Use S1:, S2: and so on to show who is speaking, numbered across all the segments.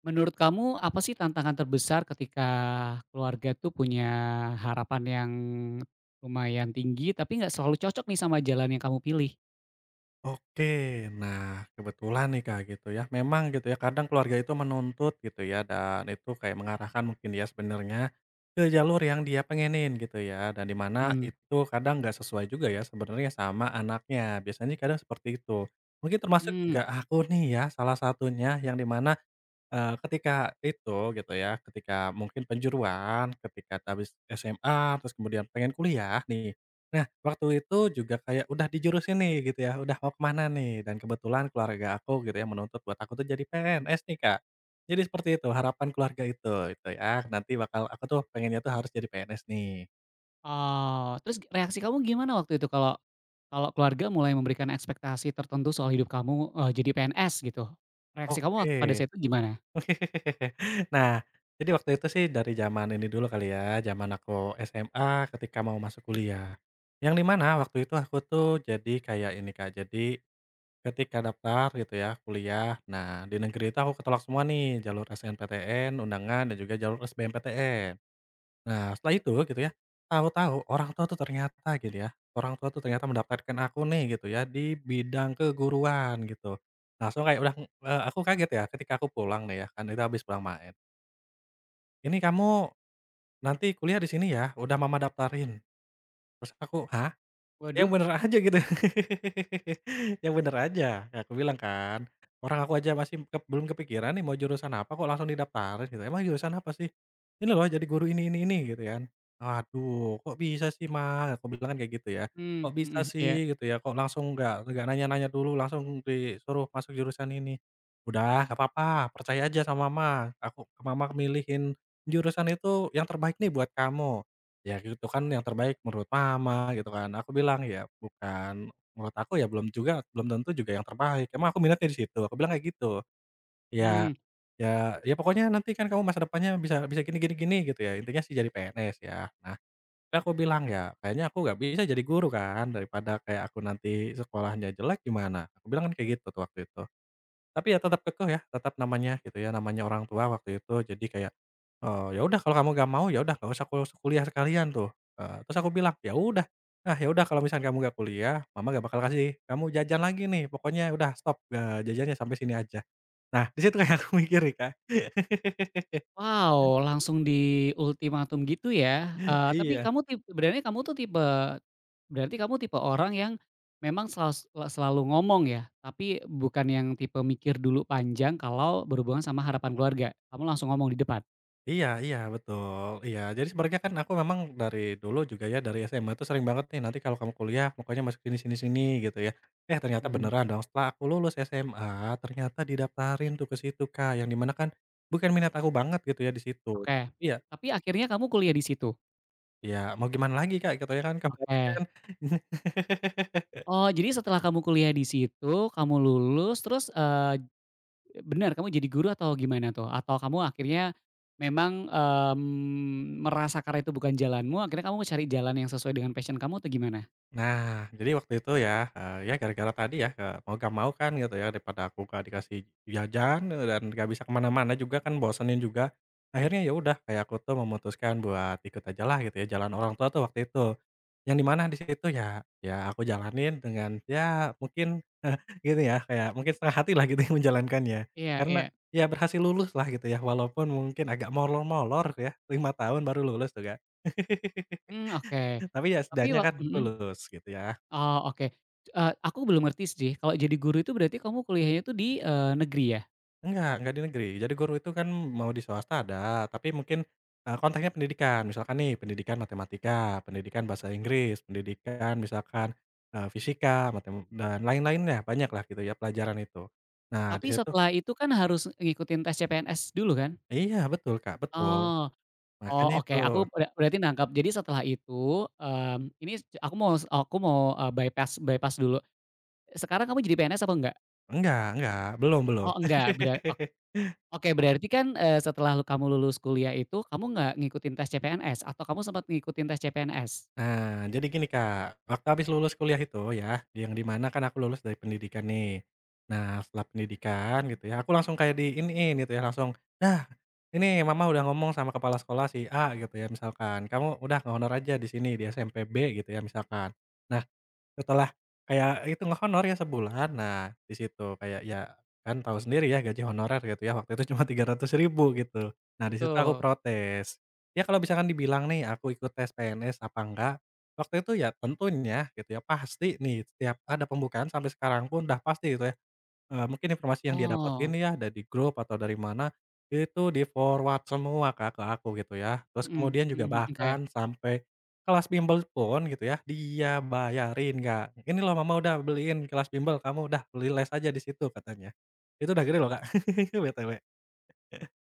S1: Menurut kamu apa sih tantangan terbesar ketika keluarga tuh punya harapan yang lumayan tinggi, tapi nggak selalu cocok nih sama jalan yang kamu pilih?
S2: Oke, nah kebetulan nih Kak gitu ya, memang gitu ya kadang keluarga itu menuntut gitu ya dan itu kayak mengarahkan mungkin dia sebenarnya ke jalur yang dia pengenin gitu ya dan di mana
S1: Mhm.
S2: itu kadang nggak sesuai juga ya sebenarnya sama anaknya, biasanya kadang seperti itu. Mungkin termasuk
S1: Mmm.
S2: juga aku nih ya salah satunya yang di mana ketika itu gitu ya, ketika mungkin penjuruan, ketika habis SMA, terus kemudian pengen kuliah nih. Nah, waktu itu juga kayak udah di jurus ini gitu ya, udah mau kemana nih, dan kebetulan keluarga aku gitu ya menuntut buat aku tuh jadi PNS nih, Kak. Jadi seperti itu harapan keluarga itu ya, nanti bakal aku tuh pengennya tuh harus jadi PNS nih.
S1: Oh, terus reaksi kamu gimana waktu itu kalau kalau keluarga mulai memberikan ekspektasi tertentu soal hidup kamu, jadi PNS gitu? Reaksi kamu
S2: Oke.
S1: pada saat itu gimana?
S2: Nah, jadi waktu itu sih dari zaman ini dulu kali ya, zaman aku SMA ketika mau masuk kuliah. Yang di mana waktu itu aku tuh jadi kayak ini Kak, jadi ketika daftar gitu ya kuliah, nah di negeri itu aku ketolak semua nih, jalur SNPTN, undangan, dan juga jalur SBMPTN. Nah, setelah itu gitu ya, tahu-tahu orang tua tuh ternyata gitu ya, orang tua tuh ternyata mendapatkan aku nih gitu ya di bidang keguruan gitu. Langsung kayak udah, aku kaget ya ketika aku pulang nih ya, kan itu habis pulang main, "Ini kamu nanti kuliah di sini ya? Udah mama daftarin." Terus aku, "Hah?" Yang
S1: Waduh.
S2: bener aja gitu. Yang bener aja, ya aku bilang kan, orang aku aja masih belum kepikiran nih mau jurusan apa kok langsung didaftarin gitu, "Emang jurusan apa sih?" "Ini loh jadi guru ini," gitu kan. "Waduh kok bisa sih Mas," aku bilang kan kayak gitu ya,
S1: Mmm,
S2: "kok bisa
S1: mhm, iya.
S2: sih," gitu ya, "kok langsung nggak nanya-nanya dulu langsung disuruh masuk jurusan ini?" "Udah nggak apa-apa percaya aja sama Mama, aku Mama milihin jurusan itu yang terbaik nih buat kamu." Ya gitu kan yang terbaik menurut mama gitu kan. Aku bilang, "Ya bukan menurut aku ya belum juga belum tentu juga yang terbaik. Emang aku minatnya di situ?" Aku bilang kayak gitu. "Ya
S1: Mmm.
S2: ya ya pokoknya nanti kan kamu masa depannya bisa bisa gini gini gini," gitu ya. Intinya sih jadi PNS ya. Nah, terus aku bilang, "Ya kayaknya aku nggak bisa jadi guru kan, daripada kayak aku nanti sekolahnya jelek gimana?" Aku bilang kan kayak gitu tuh waktu itu. Tapi ya tetap kekeh ya, tetap namanya gitu ya, namanya orang tua waktu itu. Jadi kayak, "Ya udah kalau kamu gak mau, ya udah gak usah kuliah sekalian tuh." Terus aku bilang, "Ya udah, ah, ya udah kalau misalkan kamu gak kuliah, mama gak bakal kasih kamu jajan lagi nih, pokoknya udah stop, jajannya sampai sini aja." Nah, di situ kayak aku mikir nih, Kak.
S1: Wow, langsung di ultimatum gitu ya, tapi
S2: Iya.
S1: kamu sebenarnya kamu tuh tipe. Berarti kamu tipe orang yang memang selalu selalu ngomong ya, tapi bukan yang tipe mikir dulu panjang kalau berhubungan sama harapan keluarga, kamu langsung ngomong di depan?
S2: Iya iya, betul, iya. Jadi sebenarnya kan aku memang dari dulu juga ya, dari SMA tuh sering banget nih, "Nanti kalau kamu kuliah pokoknya masuk sini sini sini," gitu ya. Eh, ternyata
S1: Mhm,
S2: beneran dong, setelah aku lulus SMA, ternyata didaftarin tuh ke situ, Kak, yang dimana kan bukan minat aku banget gitu ya di situ.
S1: oke.
S2: Iya,
S1: Tapi akhirnya kamu kuliah di situ?
S2: ya mau gimana lagi, Kak, gitu ya kan kemarin
S1: Oke.
S2: kan
S1: Oh, jadi setelah kamu kuliah di situ, kamu lulus terus, bener kamu jadi guru atau gimana tuh? Atau kamu akhirnya memang, mmm, merasa karena itu bukan jalanmu, akhirnya kamu cari jalan yang sesuai dengan passion kamu atau gimana?
S2: Nah, jadi waktu itu ya, ya gara-gara tadi ya, mau gak mau kan gitu ya, daripada aku nggak dikasih jajan, dan gak bisa kemana mana juga kan bosenin juga. Akhirnya ya udah, kayak aku tuh memutuskan buat ikut aja lah gitu ya, jalan orang tua tuh waktu itu. Yang di mana di situ ya ya aku jalanin dengan ya mungkin gitu ya, kayak mungkin setengah hati lah gitu menjalankannya.
S1: Iya,
S2: Karena
S1: iya.
S2: ya berhasil lulus lah gitu ya, walaupun mungkin agak molor-molor ya, 5 tahun baru lulus tuh, kan
S1: Mmm, oke.
S2: Tapi ya
S1: Tapi
S2: setidaknya kan
S1: mhm?
S2: lulus gitu ya.
S1: Oh, oke. Aku belum ngerti sih, kalau jadi guru itu berarti kamu kuliahnya itu di, negeri ya?
S2: Enggak di negeri. Jadi guru itu kan mau di swasta ada, tapi mungkin, konteksnya pendidikan. Misalkan nih, pendidikan matematika, pendidikan bahasa Inggris, pendidikan misalkan, fisika, matem dan lain-lainnya, banyak lah gitu ya pelajaran itu. Nah, di
S1: Tapi
S2: situ
S1: setelah itu kan harus ngikutin tes CPNS dulu kan?
S2: iya betul, Kak, betul.
S1: Oh. Oh
S2: Makanya
S1: oke,
S2: itu.
S1: aku berarti nangkap. Jadi setelah itu, mmm, ini aku mau, bypass bypass dulu. Sekarang kamu jadi PNS apa enggak?
S2: Enggak, belum belum.
S1: Oh enggak, oke berarti kan, setelah kamu lulus kuliah itu, kamu nggak ngikutin tes CPNS atau kamu sempat ngikutin tes CPNS?
S2: Nah, jadi gini Kak, waktu habis lulus kuliah itu ya, yang di mana kan aku lulus dari pendidikan nih. Nah, setelah pendidikan gitu ya, aku langsung kayak di ini gitu ya, langsung, "Nah, ini mama udah ngomong sama kepala sekolah si A," gitu ya misalkan, "kamu udah honor aja di sini, di SMPB gitu ya misalkan. Nah setelah kayak itu ngehonor ya sebulan, nah di situ kayak ya kan tahu sendiri ya gaji honorer gitu ya, waktu itu cuma 300.000 gitu. Nah di situ aku
S1: Betul.
S2: protes. Ya kalau misalkan dibilang nih aku ikut tes PNS apa enggak, waktu itu ya tentunya gitu ya pasti nih setiap ada pembukaan sampai sekarang pun udah pasti itu mungkin informasi yang dia dapetin
S1: Oh,
S2: ya dari grup atau dari mana, itu di-forward semua Kak ke aku gitu ya. Terus
S1: mhm,
S2: kemudian juga
S1: mhm, oke.
S2: bahkan sampai kelas bimbel pun gitu ya, dia bayarin Kak. "Ini loh mama udah beliin kelas bimbel, kamu udah beli les aja di situ," katanya. Itu udah gede loh Kak, BTW.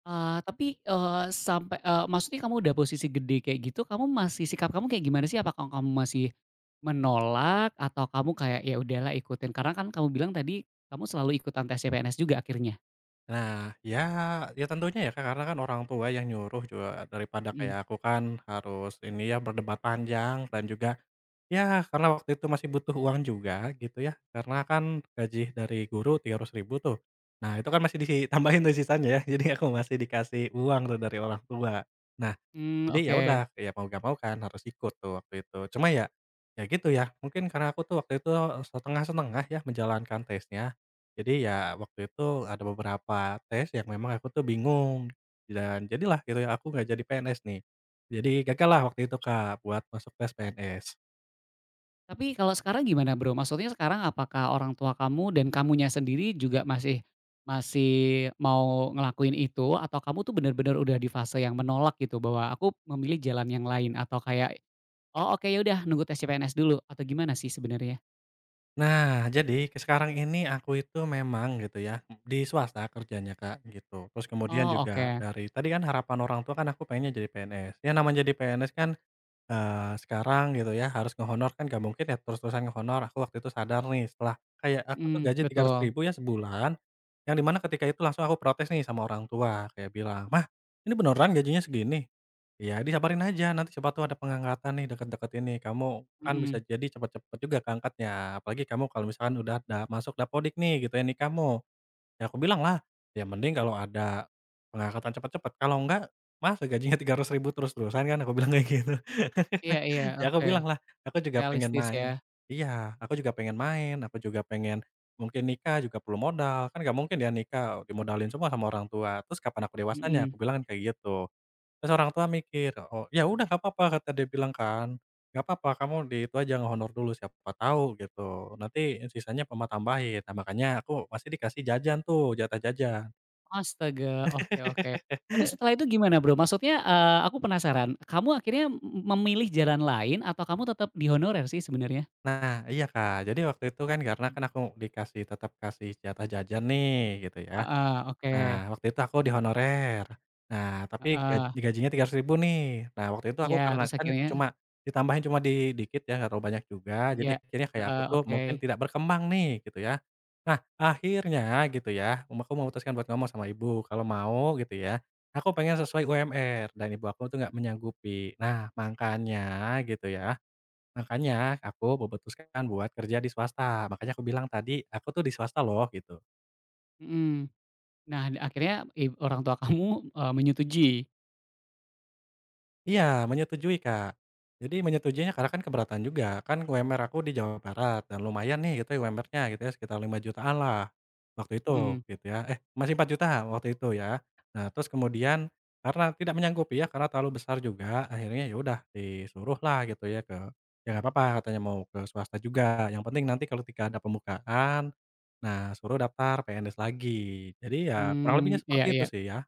S1: Tapi, sampai maksudnya kamu udah posisi gede kayak gitu, kamu masih sikap kamu kayak gimana sih? Apakah kamu masih menolak atau kamu kayak, "Ya udahlah ikutin." Karena kan kamu bilang tadi kamu selalu ikutan tes CPNS juga akhirnya?
S2: Nah, ya tentunya ya Kak, karena kan orang tua yang nyuruh juga daripada
S1: Mhm.
S2: kayak aku kan harus ini ya berdebat panjang dan juga ya, karena waktu itu masih butuh uang juga gitu ya, karena kan gaji dari guru 300.000 tuh. Nah, itu kan masih ditambahin tuh sisanya ya, jadi aku masih dikasih uang tuh dari orang tua. Nah,
S1: Mmm,
S2: jadi ya
S1: oke.
S2: udah, ya mau gak mau kan harus ikut tuh waktu itu. Cuma ya, ya gitu ya, mungkin karena aku tuh waktu itu setengah-setengah ya menjalankan tesnya. Jadi ya waktu itu ada beberapa tes yang memang aku tuh bingung dan jadilah gitu ya, aku nggak jadi PNS nih. Jadi gagallah waktu itu Kak buat masuk tes PNS.
S1: Tapi kalau sekarang gimana, Bro? Maksudnya sekarang apakah orang tua kamu dan kamunya sendiri juga masih masih mau ngelakuin itu? Atau kamu tuh bener-bener udah di fase yang menolak gitu bahwa, "Aku memilih jalan yang lain," atau kayak. Oh oke, ya udah nunggu tes CPNS dulu atau gimana sih sebenarnya?
S2: Nah, jadi ke sekarang ini aku itu memang gitu ya, di swasta kerjanya, Kak, gitu. Terus kemudian
S1: Oh
S2: juga
S1: oke,
S2: dari tadi kan harapan orang tua kan aku pengennya jadi PNS. Ya namanya jadi PNS kan sekarang gitu ya, harus ngehonor kan gak mungkin ya terus-terusan ngehonor, aku waktu itu sadar nih setelah kayak aku tuh
S1: mhm,
S2: gaji tiga ratus
S1: betul,
S2: ribu ya sebulan, yang di mana ketika itu langsung aku protes nih sama orang tua, kayak bilang, "Mah, ini beneran gajinya segini?" "Ya disabarin aja, nanti siapa tuh ada pengangkatan nih deket-deket ini, kamu kan bisa
S1: mhm,
S2: jadi cepet-cepet juga keangkatnya, apalagi kamu kalau misalkan udah masuk dapodik nih gitu ya, nih kamu Ya aku bilang lah "Ya mending kalau ada pengangkatan cepat-cepat kalau enggak masa gajinya 300.000 terus-terusan kan?" Aku bilang kayak gitu.
S1: iya iya,
S2: Ya aku
S1: oke,
S2: bilang lah "Aku juga pengen
S1: realistis ya,
S2: main" iya, "Aku juga pengen main, aku juga pengen mungkin nikah juga perlu modal, kan nggak mungkin ya nikah dimodalin semua sama orang tua, terus kapan aku dewasanya?"
S1: mhm,
S2: Aku bilang kan kayak gitu. Terus orang tua mikir, "Oh, ya udah nggak apa-apa," kata dia bilang kan, "nggak apa-apa kamu di itu aja ngehonor dulu, siapa tahu gitu, nanti sisanya mama tambahin." Nah, makanya aku masih dikasih jajan tuh, jatah jajan.
S1: astaga, oke, oke. Tapi setelah itu gimana Bro? Maksudnya, aku penasaran, kamu akhirnya memilih jalan lain atau kamu tetap di honorer sih sebenarnya?
S2: Nah iya, Kak, jadi waktu itu kan karena kan aku dikasih tetap kasih jatah jajan nih gitu ya.
S1: Heeh, oke,
S2: Nah, waktu itu aku di honorer. Nah, tapi
S1: heeh,
S2: gajinya 300.000 nih. Nah, waktu itu
S1: iya,
S2: aku karena
S1: terus
S2: kan
S1: akhirnya
S2: cuma ditambahin cuma dikit ya, nggak terlalu banyak juga, jadi
S1: iya,
S2: akhirnya kayak aku
S1: heeh,
S2: tuh
S1: oke,
S2: mungkin tidak berkembang nih, gitu ya. Nah, akhirnya gitu ya, aku memutuskan buat ngomong sama ibu, kalau mau gitu ya, aku pengen sesuai UMR dan ibu aku tuh nggak menyanggupi. Nah, makanya gitu ya, makanya aku memutuskan buat kerja di swasta. Makanya aku bilang tadi, aku tuh di swasta loh, gitu.
S1: mhm. Nah akhirnya orang tua kamu, menyetujui?
S2: Iya, menyetujui, Kak. Jadi menyetujuinya karena kan keberatan juga, kan UMR aku di Jawa Barat dan lumayan nih gitu ya UMR-nya gitu ya sekitar 5 jutaan lah waktu itu
S1: Mhm.
S2: gitu ya, eh masih 4 juta waktu itu ya. Nah terus kemudian karena tidak menyanggupi ya, karena terlalu besar juga akhirnya ya udah disuruh lah gitu ya ke ya nggak apa-apa katanya mau ke swasta juga, yang penting nanti kalau tidak ada pembukaan, nah suruh daftar PNS lagi. Jadi ya kurang
S1: Mmm,
S2: lebihnya
S1: iya,
S2: seperti itu
S1: iya.
S2: sih ya.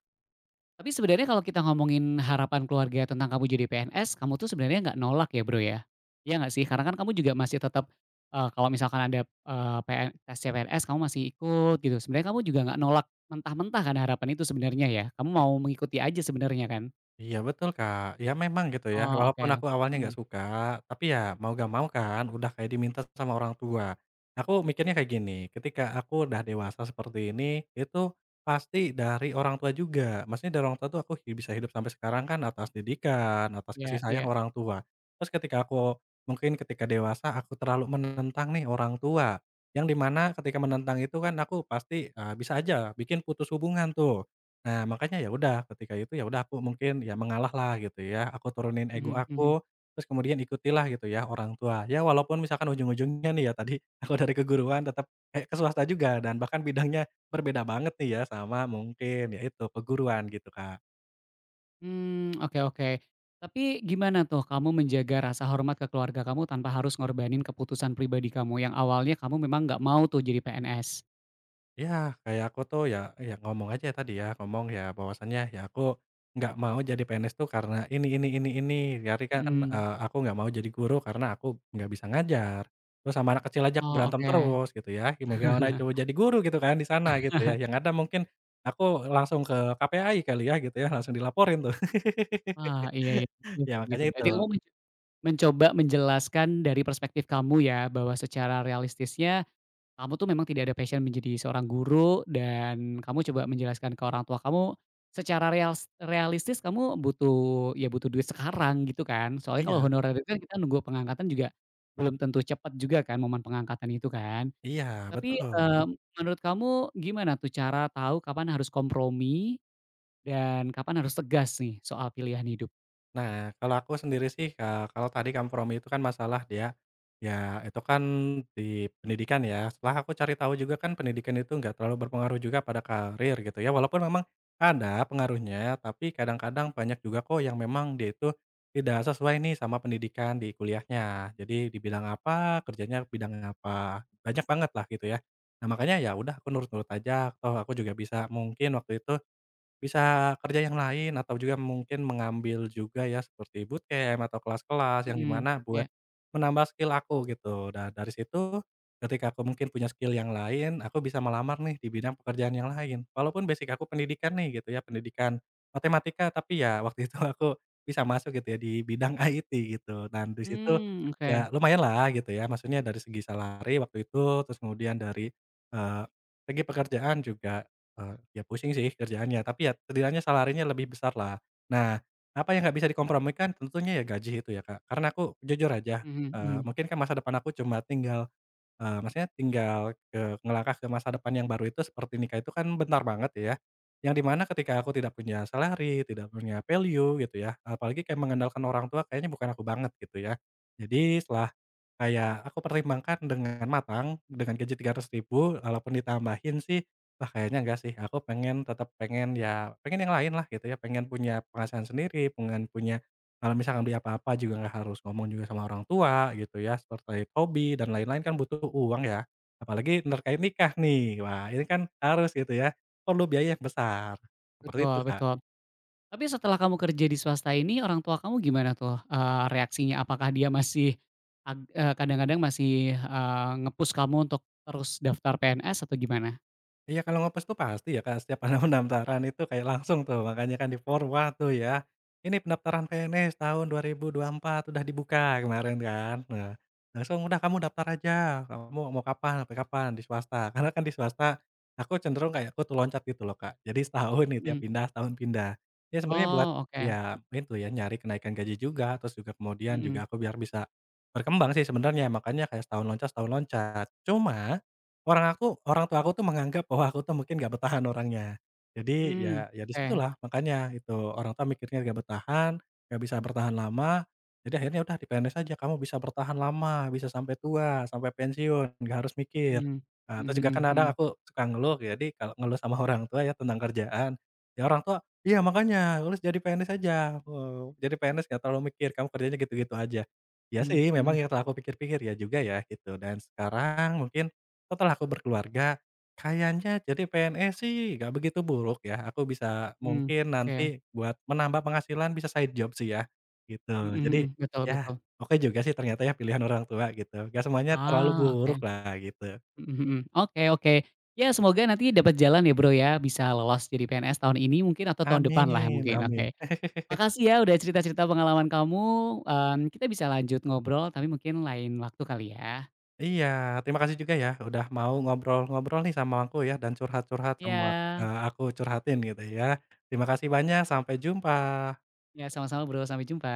S1: Tapi sebenarnya kalau kita ngomongin harapan keluarga tentang kamu jadi PNS, kamu tuh sebenarnya nggak nolak ya, Bro, ya? Iya nggak sih? Karena kan kamu juga masih tetap, kalau misalkan ada, tes CPNS kamu masih ikut gitu, sebenarnya kamu juga nggak nolak mentah-mentah kan harapan itu sebenarnya ya? Kamu mau mengikuti aja sebenarnya kan?
S2: Iya betul, Kak. Ya memang gitu ya,
S1: Oh,
S2: walaupun
S1: oke.
S2: aku awalnya
S1: Mhm.
S2: nggak suka, tapi ya mau gak mau kan udah kayak diminta sama orang tua. Aku mikirnya kayak gini, ketika aku udah dewasa seperti ini, itu pasti dari orang tua juga. Maksudnya dari orang tua tuh aku bisa hidup sampai sekarang kan atas didikan, atas
S1: Ya.
S2: kasih sayang
S1: Iya.
S2: orang tua. Terus ketika aku, mungkin ketika dewasa aku terlalu menentang nih orang tua. Yang dimana ketika menentang itu kan aku pasti eh, bisa aja bikin putus hubungan tuh. Nah, makanya ya udah, ketika itu ya udah aku mungkin ya mengalah lah gitu ya, aku turunin ego
S1: Mhm, mhm.
S2: aku, terus kemudian ikutilah gitu ya orang tua. Ya walaupun misalkan ujung-ujungnya nih ya tadi aku dari keguruan tetap kayak ke swasta juga dan bahkan bidangnya berbeda banget nih ya sama mungkin ya itu, peguruan gitu, Kak.
S1: Mmm, oke, oke. Tapi gimana tuh kamu menjaga rasa hormat ke keluarga kamu tanpa harus ngorbanin keputusan pribadi kamu yang awalnya kamu memang nggak mau tuh jadi PNS?
S2: Ya kayak aku tuh ya, ngomong aja tadi ya, ngomong ya bahwasannya ya aku nggak mau jadi PNS tuh karena ini, dari kan,
S1: Mhm.
S2: aku nggak mau jadi guru karena aku nggak bisa ngajar. Terus sama anak kecil aja aku
S1: Oh,
S2: berantem
S1: oke.
S2: terus gitu ya, gimana coba jadi guru gitu kan di sana gitu ya, yang ada mungkin aku langsung ke KPAI kali ya gitu ya, langsung dilaporin tuh.
S1: Wah, iya, iya, bener
S2: Ya
S1: sih gitu.
S2: makanya itu.
S1: Berarti kamu mencoba menjelaskan dari perspektif kamu ya, bahwa secara realistisnya kamu tuh memang tidak ada passion menjadi seorang guru dan kamu coba menjelaskan ke orang tua kamu, secara realistis kamu butuh, ya butuh duit sekarang gitu kan. Soalnya kalau
S2: Iya
S1: honorer itu kan kita nunggu pengangkatan juga belum tentu cepat juga kan momen pengangkatan itu kan.
S2: iya,
S1: Tapi,
S2: betul.
S1: eee, menurut kamu gimana tuh cara tahu kapan harus kompromi dan kapan harus tegas nih soal pilihan hidup.
S2: Nah, kalau aku sendiri sih, kalau tadi kompromi itu kan masalah dia, ya itu kan di pendidikan ya, setelah aku cari tahu juga kan pendidikan itu nggak terlalu berpengaruh juga pada karir gitu ya, walaupun memang ada pengaruhnya, tapi kadang-kadang banyak juga kok yang memang dia itu tidak sesuai nih sama pendidikan di kuliahnya. Jadi di bidang apa, kerjanya bidang apa, banyak banget lah gitu ya. Nah, makanya ya udah aku nurut-nurut aja, toh aku juga bisa mungkin waktu itu bisa kerja yang lain atau juga mungkin mengambil juga ya seperti bootcamp atau kelas-kelas yang di
S1: Mhm,
S2: mana
S1: iya.
S2: buat menambah skill aku gitu. Dan dari situ ketika aku mungkin punya skill yang lain, aku bisa melamar nih di bidang pekerjaan yang lain. Walaupun basic aku pendidikan nih gitu ya, pendidikan matematika tapi ya waktu itu aku bisa masuk gitu ya di bidang IT gitu. Dan di situ
S1: Mmm, oke.
S2: ya lumayan lah gitu ya, maksudnya dari segi salary waktu itu, terus kemudian dari, eee, segi pekerjaan juga. Eee, ya pusing sih kerjaannya, tapi ya setidaknya salarinya lebih besar lah. Nah, apa yang nggak bisa dikompromikan tentunya ya gaji itu ya Kak, karena aku jujur aja,
S1: Mhm, mhm.
S2: mungkin kan masa depan aku cuma tinggal. Maksudnya tinggal ke ngelangkah ke masa depan yang baru itu seperti nikah itu kan bentar banget ya, yang dimana ketika aku tidak punya salary, tidak punya value gitu ya, apalagi kayak mengandalkan orang tua kayaknya bukan aku banget gitu ya. Jadi setelah kayak aku pertimbangkan dengan matang, dengan gaji 300.000, walaupun ditambahin sih, wah kayaknya enggak sih, aku pengen tetap pengen ya pengen yang lain lah gitu ya, pengen punya penghasilan sendiri, pengen punya kalau misalkan beli apa-apa juga nggak harus ngomong juga sama orang tua gitu ya, seperti hobi dan lain-lain kan butuh uang ya, apalagi terkait nikah nih. Wah, ini kan harus gitu ya, perlu biaya yang besar, seperti
S1: Betul,
S2: itu, Kak.
S1: betul. Tapi setelah kamu kerja di swasta ini orang tua kamu gimana tuh, reaksinya? Apakah dia masih kadang-kadang masih, nge-push kamu untuk terus daftar PNS atau gimana?
S2: Iya, kalau nge tuh pasti ya, Kak, setiap ada pendaftaran itu kayak langsung tuh, makanya kan di-forward tuh ya, "Ini pendaftaran PNS tahun 2024 udah dibuka," kemarin kan. Nah, langsung, "Udah kamu daftar aja, kamu mau kapan, sampai kapan?" Di swasta. Karena kan di swasta aku cenderung kayak aku tuh loncat gitu loh, Kak. Jadi setahun itu, ya
S1: Mhm.
S2: pindah, setahun pindah. Ya sebenarnya buat
S1: Oh, oke.
S2: ya itu ya, nyari kenaikan gaji juga, terus juga kemudian
S1: Mhm.
S2: juga aku biar bisa berkembang sih sebenarnya, makanya kayak setahun loncat setahun loncat. Cuma orang tua aku tuh menganggap bahwa aku tuh mungkin nggak bertahan orangnya. Jadi
S1: Mmm,
S2: ya
S1: oke.
S2: disitulah makanya itu orang tua mikirnya nggak bertahan, nggak bisa bertahan lama, jadi akhirnya udah di PNS aja kamu bisa bertahan lama, bisa sampai tua, sampai pensiun, nggak harus mikir.
S1: Mhm.
S2: Terus
S1: Mhm,
S2: juga
S1: mhm,
S2: kan kadang
S1: mhm.
S2: aku suka ngeluh, jadi kalau ngeluh sama orang tua ya tentang kerjaan, ya orang tua, "Iya makanya lu jadi PNS aja, jadi PNS nggak terlalu mikir, kamu kerjanya gitu-gitu aja." Ya
S1: Mhm,
S2: sih memang
S1: mhm.
S2: yang setelah aku pikir-pikir ya juga ya gitu dan sekarang mungkin setelah aku berkeluarga, kayaknya jadi PNS sih nggak begitu buruk ya, aku bisa
S1: Mmm,
S2: mungkin
S1: oke.
S2: nanti buat menambah penghasilan bisa side job sih ya,
S1: Mhm,
S2: gitu. Jadi,
S1: mhm. Betul,
S2: ya
S1: betul.
S2: oke juga sih ternyata ya pilihan orang tua gitu, nggak semuanya terlalu
S1: Ah,
S2: buruk
S1: oke.
S2: lah gitu.
S1: Mhm, mhm. Oke, oke. Ya semoga nanti dapat jalan ya Bro ya, bisa lolos jadi PNS tahun ini mungkin atau tahun depan lah
S2: Amin
S1: mungkin,
S2: amin.
S1: oke. Makasih ya udah cerita-cerita pengalaman kamu, mmm, kita bisa lanjut ngobrol tapi mungkin lain waktu kali ya.
S2: Iya, terima kasih juga ya udah mau ngobrol-ngobrol nih sama aku ya dan curhat-curhat
S1: Iya.
S2: sama, aku curhatin gitu ya. Terima kasih banyak, sampai jumpa.
S1: Iya sama-sama Bro, sampai jumpa.